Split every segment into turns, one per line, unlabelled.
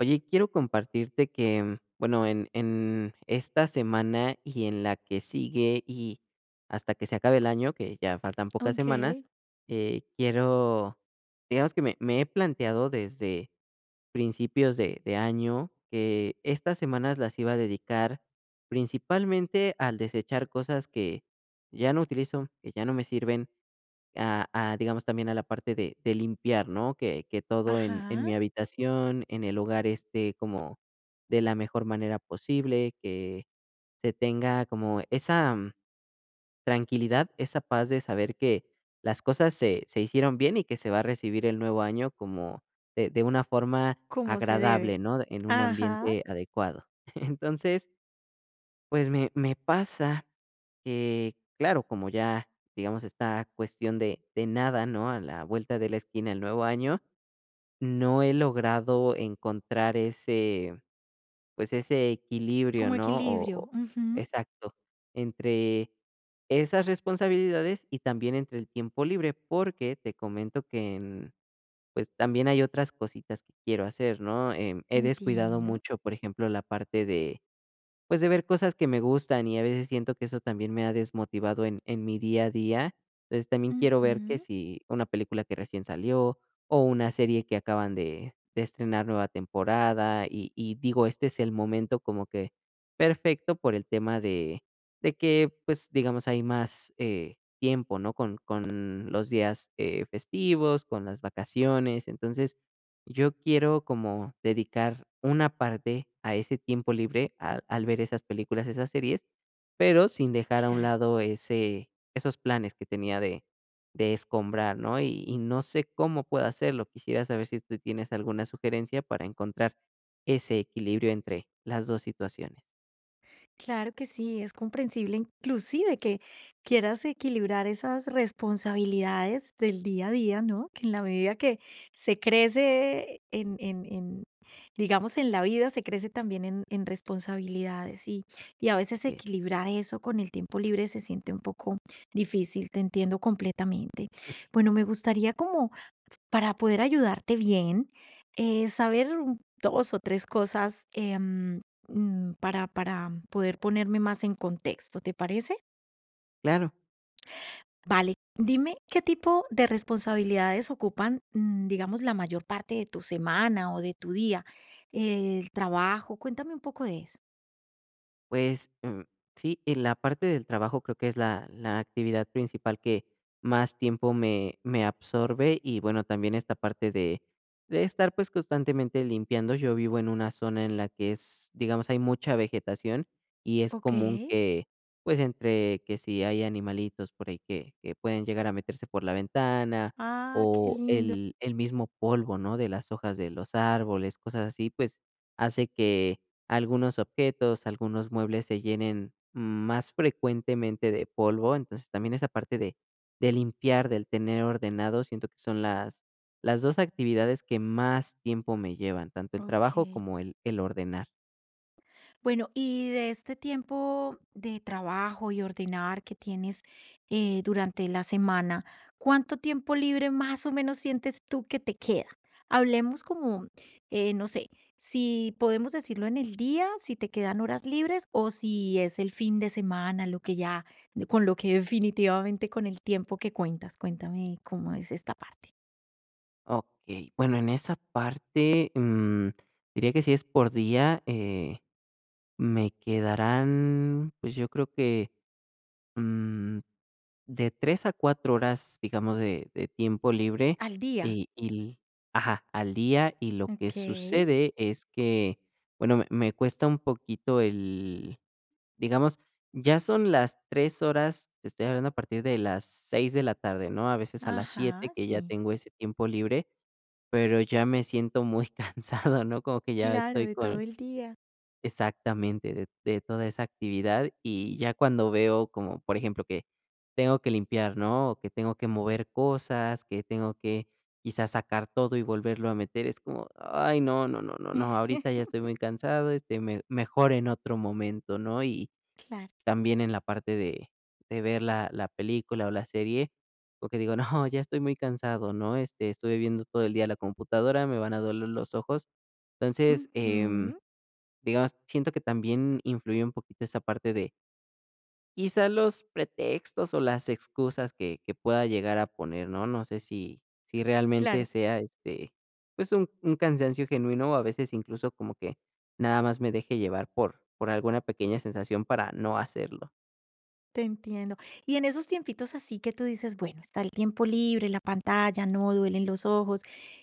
Oye, quiero compartirte que, bueno, en esta semana y en la que sigue y hasta que se acabe el año, que ya faltan pocas semanas,
Okey.
quiero, digamos que me he planteado desde principios de año que estas semanas las iba a dedicar principalmente al desechar cosas que ya no utilizo, que ya no me sirven, a, digamos, también a la parte de limpiar, ¿no? Que todo en mi
Ajá.
habitación, en el hogar esté como de la mejor manera posible, que se tenga como esa, tranquilidad, esa paz de saber que las cosas se hicieron bien y que se va a recibir el nuevo año como de una forma
Como se debe.
agradable, ¿no? En un
Ajá.
ambiente adecuado. Entonces, pues me pasa que, claro, como ya, digamos, esta cuestión de nada, ¿no? A la vuelta de la esquina, el nuevo año, no he logrado encontrar ese, pues, ese equilibrio,
Como
¿no? O
equilibrio.
o
Ujú.
exacto, entre esas responsabilidades y también entre el tiempo libre, porque te comento que en pues, también hay otras cositas que quiero hacer, ¿no? He descuidado
Entiendo.
mucho, por ejemplo, la parte de pues, de ver cosas que me gustan, y a veces siento que eso también me ha desmotivado en mi día a día. Entonces, también quiero ver que
Ujú.
si una película que recién salió, o una serie que acaban de estrenar nueva temporada, y digo, este es el momento como que perfecto por el tema de que, pues, digamos, hay más, tiempo, ¿no? Con los días, festivos, con las vacaciones. Entonces, yo quiero como dedicar una parte a ese tiempo libre al ver esas películas, esas series, pero sin dejar a un
Claro.
lado ese esos planes que tenía de escombrar, ¿no? Y no sé cómo puedo hacerlo. Quisiera saber si tú tienes alguna sugerencia para encontrar ese equilibrio entre las 2 situaciones.
Claro que sí, es comprensible inclusive que quieras equilibrar esas responsabilidades del día a día, ¿no? Que en la medida que se crece digamos, en la vida, se crece también en responsabilidades y a veces
Así es.
equilibrar eso con el tiempo libre se siente un poco difícil, te entiendo completamente. Bueno, me gustaría como para poder ayudarte bien, saber un 2 o 3 cosas, para poder ponerme más en contexto, ¿te parece?
Claro.
Vale, dime qué tipo de responsabilidades ocupan, digamos, la mayor parte de tu semana o de tu día, el trabajo, cuéntame un poco de eso.
Pues, sí, en la parte del trabajo creo que es la actividad principal que más tiempo me absorbe y, bueno, también esta parte de estar, pues, constantemente limpiando. Yo vivo en una zona en la que es, digamos, hay mucha vegetación y es común
Okey.
que, pues, entre que si hay animalitos por ahí que pueden llegar a meterse por la ventana
Ah, qué
o
lindo.
el mismo polvo, ¿no?, de las hojas de los árboles, cosas así, pues, hace que algunos objetos, algunos muebles se llenen más frecuentemente de polvo. Entonces, también esa parte de limpiar, del tener ordenado, siento que son las 2 actividades que más tiempo me llevan, tanto el trabajo
Okey.
como el ordenar.
Bueno, y de este tiempo de trabajo y ordenar que tienes durante la semana, ¿cuánto tiempo libre más o menos sientes tú que te queda? Hablemos como, no sé, si podemos decirlo en el día, si te quedan horas libres o si es el fin de semana, lo que ya, con lo que definitivamente con el tiempo que cuentas, cuéntame cómo es esta parte.
Okey, bueno, en esa parte, diría que si es por día, me quedarán, pues, yo creo que, mm De 3 a 4 horas, digamos, de tiempo libre,
Al día.
y ajá, al día, y lo que
Ok.
sucede es que, bueno, me cuesta un poquito el digamos, ya son las 3 horas, te estoy hablando a partir de las 6 de la tarde, ¿no? A veces a las 7
Ajá,
que ya
sí.
tengo ese tiempo libre, pero ya me siento muy cansado, ¿no? Como que ya
Claro,
estoy
de todo
con
el día.
exactamente, de toda esa actividad, y ya cuando veo como, por ejemplo, que tengo que limpiar, ¿no? O que tengo que mover cosas, que tengo que quizás sacar todo y volverlo a meter, es como, ay, no, no, no, no, no, ahorita ya estoy muy cansado, este, me mejor en otro momento, ¿no? Y
Claro.
también en la parte de ver la película o la serie, porque digo, no, ya estoy muy cansado, ¿no? Este, estuve viendo todo el día la computadora, me van a doler los ojos. Entonces, em
Ujú,
Digamos, siento que también influye un poquito esa parte de, quizá los pretextos o las excusas que pueda llegar a poner, ¿no? No sé si realmente
claro.
sea, este, pues, un cansancio genuino, o a veces incluso como que nada más me deje llevar por alguna pequeña sensación para no hacerlo.
Te entiendo. Y en esos tiempitos así que tú dices, bueno, está el tiempo libre, la pantalla, no duelen los ojos,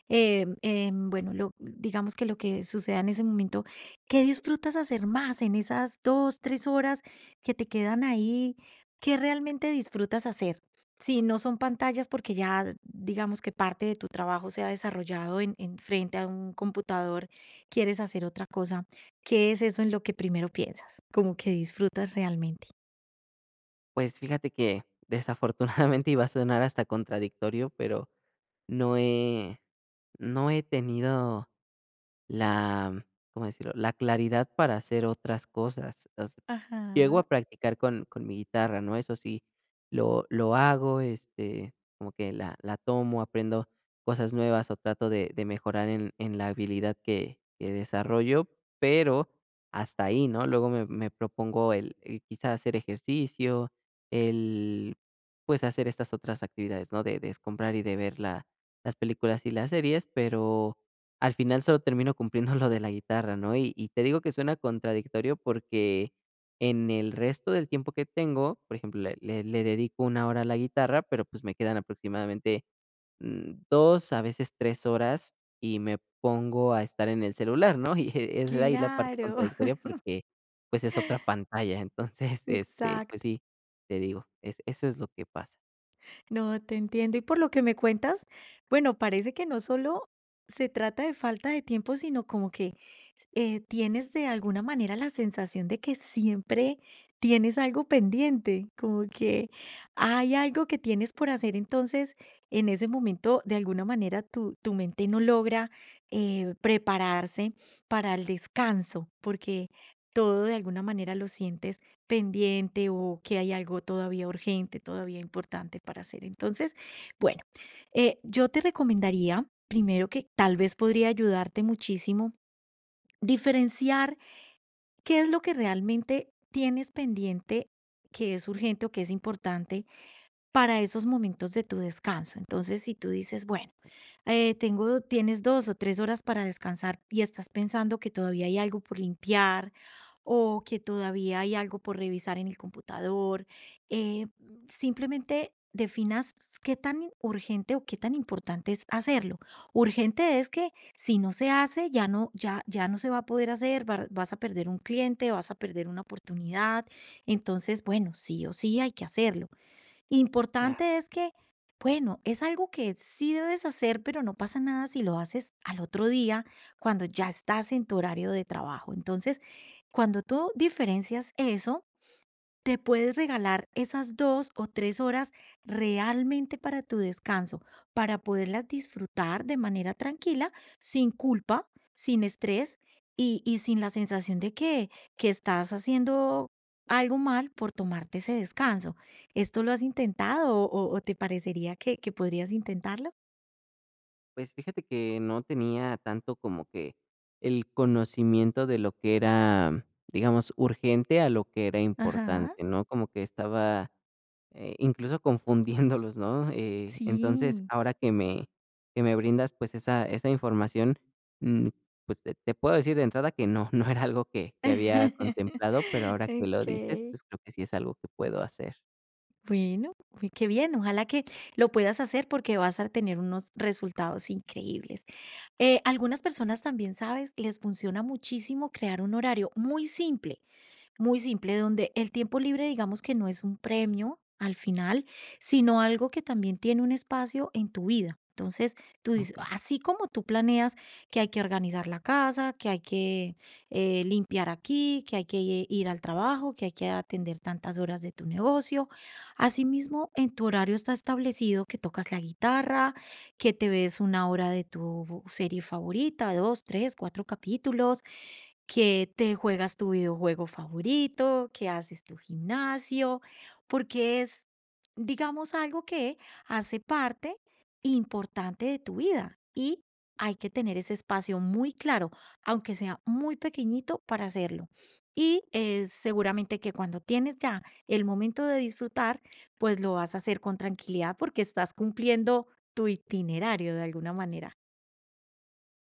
bueno, lo, digamos que lo que suceda en ese momento, ¿qué disfrutas hacer más en esas dos, tres horas que te quedan ahí? ¿Qué realmente disfrutas hacer? Si no son pantallas, porque ya digamos que parte de tu trabajo se ha desarrollado en frente a un computador, quieres hacer otra cosa, ¿qué es eso en lo que primero piensas? Como que disfrutas realmente.
Pues, fíjate que desafortunadamente, y va a sonar hasta contradictorio, pero no he no he tenido la, ¿cómo decirlo?, la claridad para hacer otras cosas. Llego
Ajá,
a practicar con mi guitarra, ¿no? Eso sí, lo hago, este, como que la tomo, aprendo cosas nuevas o trato de mejorar en la habilidad que desarrollo, pero hasta ahí, ¿no? Luego me propongo el quizá hacer ejercicio, el, pues, hacer estas otras actividades, ¿no? De comprar y de ver la las películas y las series, pero al final solo termino cumpliendo lo de la guitarra, ¿no? Y te digo que suena contradictorio porque en el resto del tiempo que tengo, por ejemplo, le dedico una hora a la guitarra, pero, pues, me quedan aproximadamente, dos, a veces 3 horas, y me pongo a estar en el celular, ¿no? Y es ahí la parte
claro,
contradictoria porque, pues, es otra pantalla. Entonces, este, pues
exacto.
sí, te digo, es eso es lo que pasa.
No, te entiendo. Y por lo que me cuentas, bueno, parece que no solo se trata de falta de tiempo, sino como que tienes de alguna manera la sensación de que siempre tienes algo pendiente, como que hay algo que tienes por hacer. Entonces, en ese momento, de alguna manera, tu mente no logra prepararse para el descanso, porque todo de alguna manera lo sientes pendiente o que hay algo todavía urgente, todavía importante para hacer. Entonces, bueno, yo te recomendaría, primero que tal vez podría ayudarte muchísimo, diferenciar qué es lo que realmente tienes pendiente, que es urgente o que es importante para esos momentos de tu descanso. Entonces, si tú dices, bueno, tengo, tienes dos o tres horas para descansar y estás pensando que todavía hay algo por limpiar o que todavía hay algo por revisar en el computador, eh, simplemente definas qué tan urgente o qué tan importante es hacerlo. Urgente es que si no se hace, ya no se va a poder hacer, vas a perder un cliente, vas a perder una oportunidad. Entonces, bueno, sí o sí hay que hacerlo. Importante es que, bueno, es algo que sí debes hacer, pero no pasa nada si lo haces al otro día, cuando ya estás en tu horario de trabajo. Entonces, cuando tú diferencias eso, te puedes regalar esas 2 o 3 horas realmente para tu descanso, para poderlas disfrutar de manera tranquila, sin culpa, sin estrés y sin la sensación de que estás haciendo algo mal por tomarte ese descanso. ¿Esto lo has intentado o te parecería que podrías intentarlo?
Pues fíjate que no tenía tanto como que el conocimiento de lo que era, digamos, urgente a lo que era
Ajá,
importante, ¿no? Como que estaba, incluso confundiéndolos, ¿no? Entonces,
sí.
ahora que me brindas, pues, esa información, mm, pues, te puedo decir de entrada que no, no era algo que había contemplado, pero ahora que lo dices,
Okey.
pues, creo que sí es algo que puedo hacer.
Bueno, uy, qué bien, ojalá que lo puedas hacer porque vas a tener unos resultados increíbles. Algunas personas también, ¿sabes? Les funciona muchísimo crear un horario muy simple, donde el tiempo libre, digamos que no es un premio al final, sino algo que también tiene un espacio en tu vida. Entonces, tú dices,
Okey.
así como tú planeas que hay que organizar la casa, que hay que limpiar aquí, que hay que ir al trabajo, que hay que atender tantas horas de tu negocio, asimismo, en tu horario está establecido que tocas la guitarra, que te ves una hora de tu serie favorita, dos, tres, cuatro capítulos, que te juegas tu videojuego favorito, que haces tu gimnasio, porque es, digamos, algo que hace parte importante de tu vida y hay que tener ese espacio muy claro, aunque sea muy pequeñito, para hacerlo. Y seguramente que cuando tienes ya el momento de disfrutar, pues lo vas a hacer con tranquilidad porque estás cumpliendo tu itinerario de alguna manera.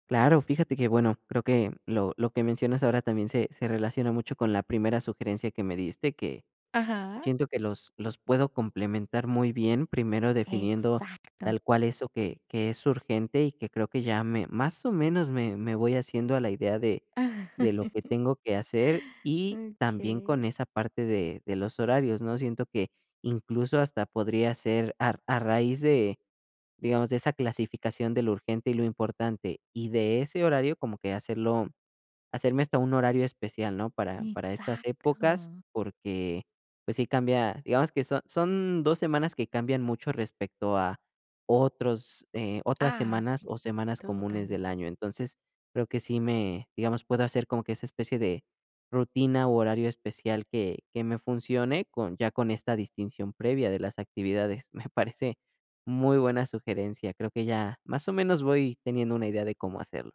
Claro, fíjate que, bueno, creo que lo que mencionas ahora también se relaciona mucho con la primera sugerencia que me diste, que
Ajá.
siento que los puedo complementar muy bien, primero definiendo
Exacto.
tal cual eso que es urgente y que creo que ya me más o menos me voy haciendo a la idea de lo que tengo que hacer y también
Ok.
con esa parte de los horarios, ¿no? Siento que incluso hasta podría ser a raíz de digamos, de esa clasificación de lo urgente y lo importante, y de ese horario como que hacerlo, hacerme hasta un horario especial, ¿no? Para estas épocas,
Exacto.
porque, pues sí cambia, digamos que son 2 semanas que cambian mucho respecto a otros, otras
Ah,
semanas
sí,
o semanas comunes del
totalmente.
año. Entonces, creo que sí me, digamos, puedo hacer como que esa especie de rutina o horario especial que me funcione con ya con esta distinción previa de las actividades. Me parece muy buena sugerencia. Creo que ya más o menos voy teniendo una idea de cómo hacerlo.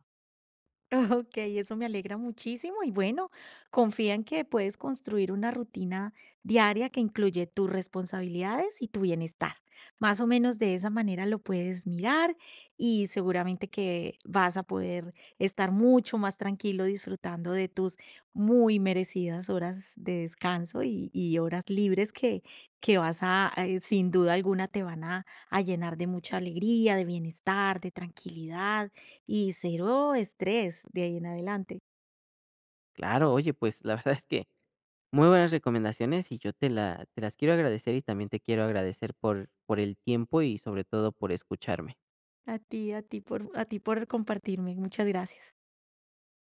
Ok, eso me alegra muchísimo y bueno, confía en que puedes construir una rutina diaria que incluye tus responsabilidades y tu bienestar. Más o menos de esa manera lo puedes mirar y seguramente que vas a poder estar mucho más tranquilo disfrutando de tus muy merecidas horas de descanso y horas libres que vas sin duda alguna, te van a llenar de mucha alegría, de bienestar, de tranquilidad y cero estrés de ahí en adelante.
Claro, oye, pues la verdad es que muy buenas recomendaciones y yo te las quiero agradecer y también te quiero agradecer por el tiempo y sobre todo por escucharme.
A ti por compartirme. Muchas gracias.